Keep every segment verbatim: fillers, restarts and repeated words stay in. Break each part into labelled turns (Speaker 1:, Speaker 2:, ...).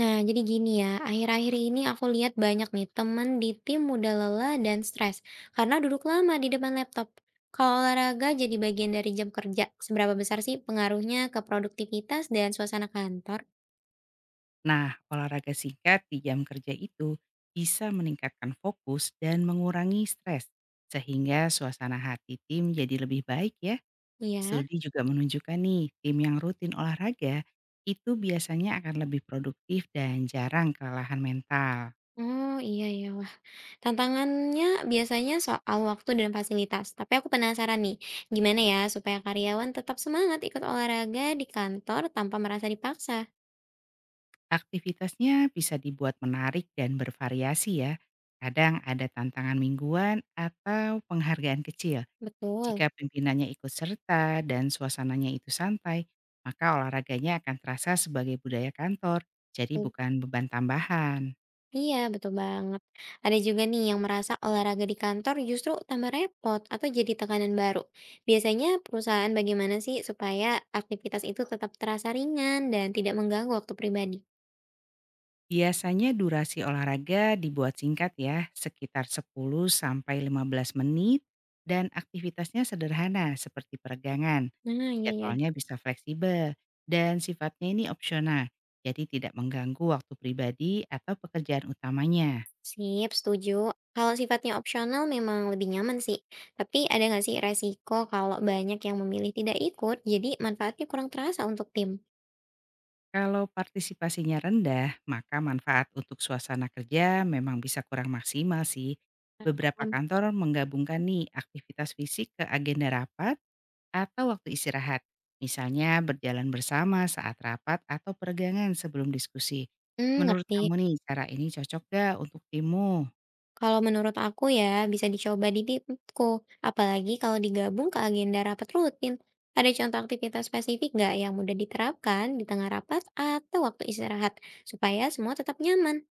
Speaker 1: Nah, jadi gini ya, akhir-akhir ini aku lihat banyak nih teman di tim mudah lelah dan stres karena duduk lama di depan laptop. Kalau olahraga jadi bagian dari jam kerja, seberapa besar sih pengaruhnya ke produktivitas dan suasana kantor?
Speaker 2: Nah, olahraga singkat di jam kerja itu bisa meningkatkan fokus dan mengurangi stres, sehingga suasana hati tim jadi lebih baik ya.
Speaker 1: Iya.
Speaker 2: Studi juga menunjukkan nih, tim yang rutin olahraga itu biasanya akan lebih produktif dan jarang kelelahan mental.
Speaker 1: Oh iya ya, wah. Tantangannya biasanya soal waktu dan fasilitas. Tapi aku penasaran nih, gimana ya supaya karyawan tetap semangat ikut olahraga di kantor tanpa merasa dipaksa?
Speaker 2: Aktivitasnya bisa dibuat menarik dan bervariasi ya. Kadang ada tantangan mingguan atau penghargaan kecil.
Speaker 1: Betul.
Speaker 2: Jika pimpinannya ikut serta dan suasananya itu santai, maka olahraganya akan terasa sebagai budaya kantor, jadi bukan beban tambahan.
Speaker 1: Iya, betul banget. Ada juga nih yang merasa olahraga di kantor justru tambah repot atau jadi tekanan baru. Biasanya perusahaan bagaimana sih supaya aktivitas itu tetap terasa ringan dan tidak mengganggu waktu pribadi?
Speaker 2: Biasanya durasi olahraga dibuat singkat ya, sekitar sepuluh sampai lima belas menit dan aktivitasnya sederhana seperti peregangan.
Speaker 1: Nah, iya ya.
Speaker 2: Jadwalnya bisa fleksibel dan sifatnya ini opsional, jadi tidak mengganggu waktu pribadi atau pekerjaan utamanya.
Speaker 1: Sip, setuju. Kalau sifatnya opsional memang lebih nyaman sih. Tapi ada nggak sih resiko kalau banyak yang memilih tidak ikut, jadi manfaatnya kurang terasa untuk tim?
Speaker 2: Kalau partisipasinya rendah, maka manfaat untuk suasana kerja memang bisa kurang maksimal sih. Beberapa
Speaker 1: Paham.
Speaker 2: kantor menggabungkan nih aktivitas fisik ke agenda rapat atau waktu istirahat. Misalnya berjalan bersama saat rapat atau peregangan sebelum diskusi.
Speaker 1: Hmm,
Speaker 2: Menurut
Speaker 1: ngerti.
Speaker 2: kamu nih cara ini cocok gak untuk timmu?
Speaker 1: Kalau menurut aku ya, bisa dicoba di timku, apalagi kalau digabung ke agenda rapat rutin. Ada contoh aktivitas spesifik nggak yang mudah diterapkan di tengah rapat atau waktu istirahat, supaya semua tetap nyaman?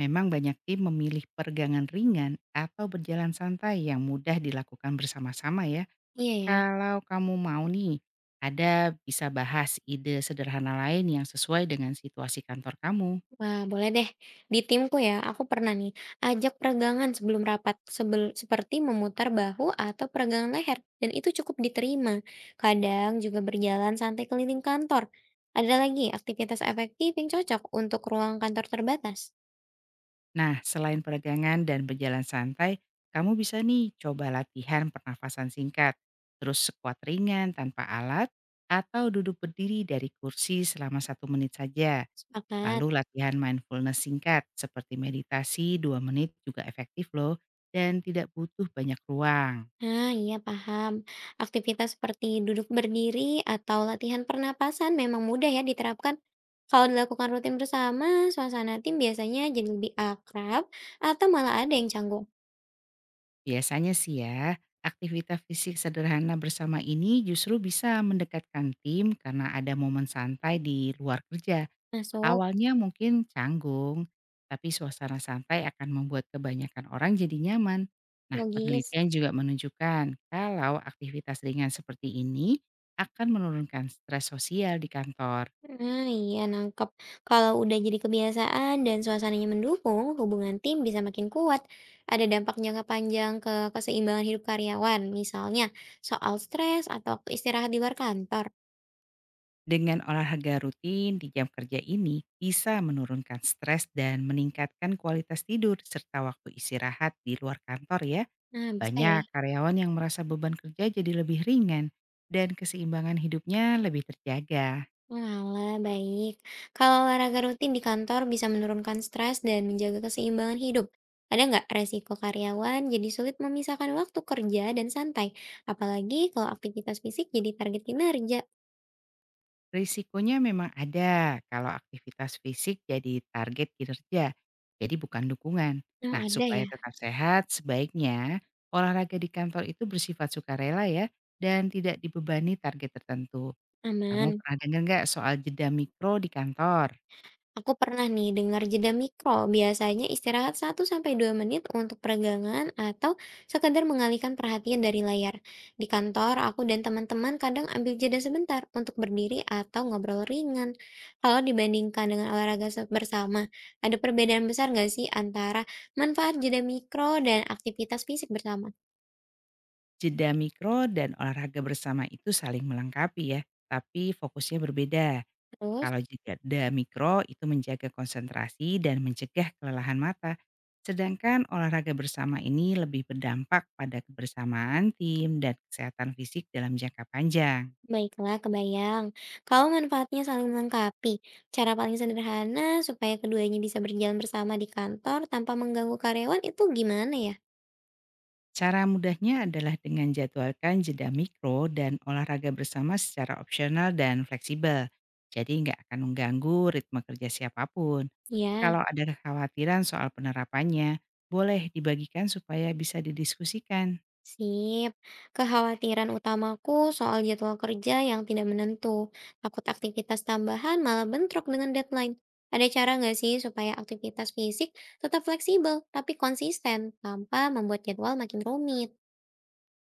Speaker 2: Memang banyak tim memilih peregangan ringan atau berjalan santai yang mudah dilakukan bersama-sama ya.
Speaker 1: Iya ya,
Speaker 2: Kalau kamu mau nih, ada bisa bahas ide sederhana lain yang sesuai dengan situasi kantor kamu.
Speaker 1: wah boleh deh. Di timku ya, aku pernah nih ajak peregangan sebelum rapat, sebel- seperti memutar bahu atau peregangan leher, dan itu cukup diterima. Kadang juga berjalan santai keliling kantor. Ada lagi aktivitas efektif yang cocok untuk ruang kantor terbatas.
Speaker 2: Nah, selain peregangan dan berjalan santai, kamu bisa nih coba latihan pernafasan singkat, terus squat ringan tanpa alat, atau duduk berdiri dari kursi selama satu menit saja.
Speaker 1: Sepakat.
Speaker 2: Lalu latihan mindfulness singkat seperti meditasi dua menit juga efektif loh dan tidak butuh banyak ruang.
Speaker 1: Nah, iya paham. Aktivitas seperti duduk berdiri atau latihan pernapasan memang mudah ya diterapkan. Kalau dilakukan rutin bersama, suasana tim biasanya jadi lebih akrab atau malah ada yang canggung.
Speaker 2: Biasanya sih ya, aktivitas fisik sederhana bersama ini justru bisa mendekatkan tim karena ada momen santai di luar kerja.
Speaker 1: Masuk,
Speaker 2: Awalnya mungkin canggung, tapi suasana santai akan membuat kebanyakan orang jadi nyaman. Nah,
Speaker 1: logis.
Speaker 2: penelitian juga menunjukkan kalau aktivitas ringan seperti ini akan menurunkan stres sosial di kantor.
Speaker 1: Nah, iya nangkep. Kalau udah jadi kebiasaan dan suasananya mendukung, hubungan tim bisa makin kuat. Ada dampak jangka panjang ke keseimbangan hidup karyawan, misalnya soal stres atau waktu istirahat di luar kantor.
Speaker 2: Dengan olahraga rutin di jam kerja ini bisa menurunkan stres dan meningkatkan kualitas tidur serta waktu istirahat di luar kantor ya.
Speaker 1: Nah, bisa ya.
Speaker 2: Banyak karyawan yang merasa beban kerja jadi lebih ringan dan keseimbangan hidupnya lebih terjaga.
Speaker 1: Walah, baik. Kalau olahraga rutin di kantor bisa menurunkan stres dan menjaga keseimbangan hidup. Ada nggak resiko karyawan jadi sulit memisahkan waktu kerja dan santai? Apalagi kalau aktivitas fisik jadi target kinerja.
Speaker 2: Risikonya memang ada kalau aktivitas fisik jadi target kinerja, jadi bukan dukungan.
Speaker 1: Nah,
Speaker 2: Nah,
Speaker 1: ada ya.
Speaker 2: supaya tetap sehat, sebaiknya olahraga di kantor itu bersifat sukarela ya dan tidak dibebani target tertentu. Kamu
Speaker 1: Aman.
Speaker 2: pernah dengar nggak soal jeda mikro di kantor?
Speaker 1: Aku pernah nih dengar jeda mikro, biasanya istirahat satu sampai dua menit untuk peregangan atau sekedar mengalihkan perhatian dari layar. Di kantor, aku dan teman-teman kadang ambil jeda sebentar untuk berdiri atau ngobrol ringan. Kalau dibandingkan dengan olahraga se- bersama, ada perbedaan besar nggak sih antara manfaat jeda mikro dan aktivitas fisik bersama?
Speaker 2: Jeda mikro dan olahraga bersama itu saling melengkapi ya, tapi fokusnya berbeda.
Speaker 1: Terus,
Speaker 2: Kalau jeda mikro itu menjaga konsentrasi dan mencegah kelelahan mata. Sedangkan olahraga bersama ini lebih berdampak pada kebersamaan tim dan kesehatan fisik dalam jangka panjang.
Speaker 1: baiklah, kebayang. Kalau manfaatnya saling melengkapi, cara paling sederhana supaya keduanya bisa berjalan bersama di kantor tanpa mengganggu karyawan itu gimana ya?
Speaker 2: Cara mudahnya adalah dengan jadwalkan jeda mikro dan olahraga bersama secara opsional dan fleksibel. Jadi nggak akan mengganggu ritme kerja siapapun.
Speaker 1: Ya,
Speaker 2: Kalau ada kekhawatiran soal penerapannya, boleh dibagikan supaya bisa didiskusikan.
Speaker 1: sip. Kekhawatiran utamaku soal jadwal kerja yang tidak menentu. Takut aktivitas tambahan malah bentrok dengan deadline. Ada cara nggak sih supaya aktivitas fisik tetap fleksibel tapi konsisten tanpa membuat jadwal makin rumit?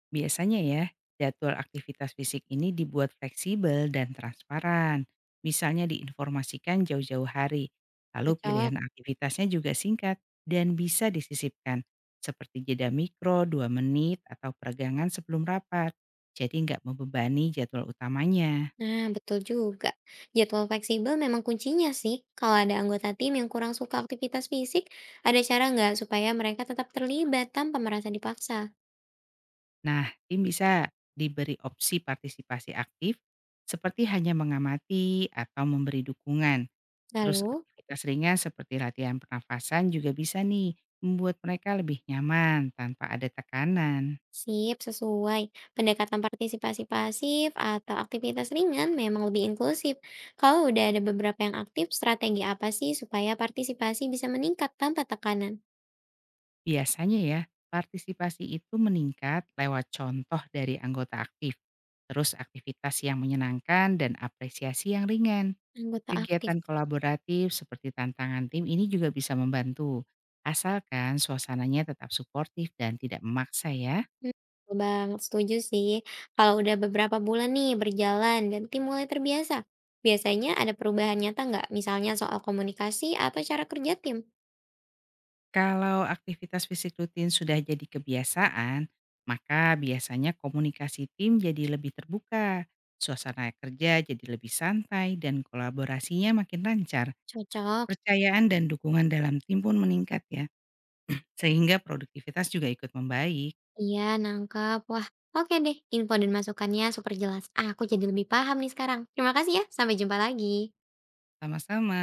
Speaker 2: Biasanya ya, jadwal aktivitas fisik ini dibuat fleksibel dan transparan. Misalnya diinformasikan jauh-jauh hari, lalu
Speaker 1: Cocok.
Speaker 2: pilihan aktivitasnya juga singkat dan bisa disisipkan, seperti jeda mikro dua menit atau peregangan sebelum rapat. Jadi nggak membebani jadwal utamanya.
Speaker 1: Nah, betul juga. Jadwal fleksibel memang kuncinya sih. Kalau ada anggota tim yang kurang suka aktivitas fisik, ada cara nggak supaya mereka tetap terlibat tanpa merasa dipaksa?
Speaker 2: Nah, tim bisa diberi opsi partisipasi aktif, seperti hanya mengamati atau memberi dukungan. Terus
Speaker 1: Lalu,
Speaker 2: aktivitas ringan seperti latihan pernafasan juga bisa nih membuat mereka lebih nyaman tanpa ada tekanan.
Speaker 1: sip, sesuai. Pendekatan partisipasi pasif atau aktivitas ringan memang lebih inklusif. Kalau udah ada beberapa yang aktif, strategi apa sih supaya partisipasi bisa meningkat tanpa tekanan?
Speaker 2: Biasanya ya, partisipasi itu meningkat lewat contoh dari anggota aktif, terus aktivitas yang menyenangkan dan apresiasi yang ringan.
Speaker 1: Anggota aktif.
Speaker 2: Kegiatan kolaboratif seperti tantangan tim ini juga bisa membantu, asalkan suasananya tetap suportif dan tidak memaksa ya.
Speaker 1: Mmm, betul banget, setuju sih. Kalau udah beberapa bulan nih berjalan dan tim mulai terbiasa, biasanya ada perubahan nyata nggak? Misalnya soal komunikasi atau cara kerja tim?
Speaker 2: Kalau aktivitas fisik rutin sudah jadi kebiasaan, maka biasanya komunikasi tim jadi lebih terbuka, suasana kerja jadi lebih santai, dan kolaborasinya makin lancar.
Speaker 1: Cocok.
Speaker 2: Percayaan dan dukungan dalam tim pun meningkat ya, sehingga produktivitas juga ikut membaik.
Speaker 1: Iya, nangkep. Wah, oke deh. Info dan masukannya super jelas. Aku jadi lebih paham nih sekarang. Terima kasih ya, sampai jumpa lagi.
Speaker 2: Sama-sama.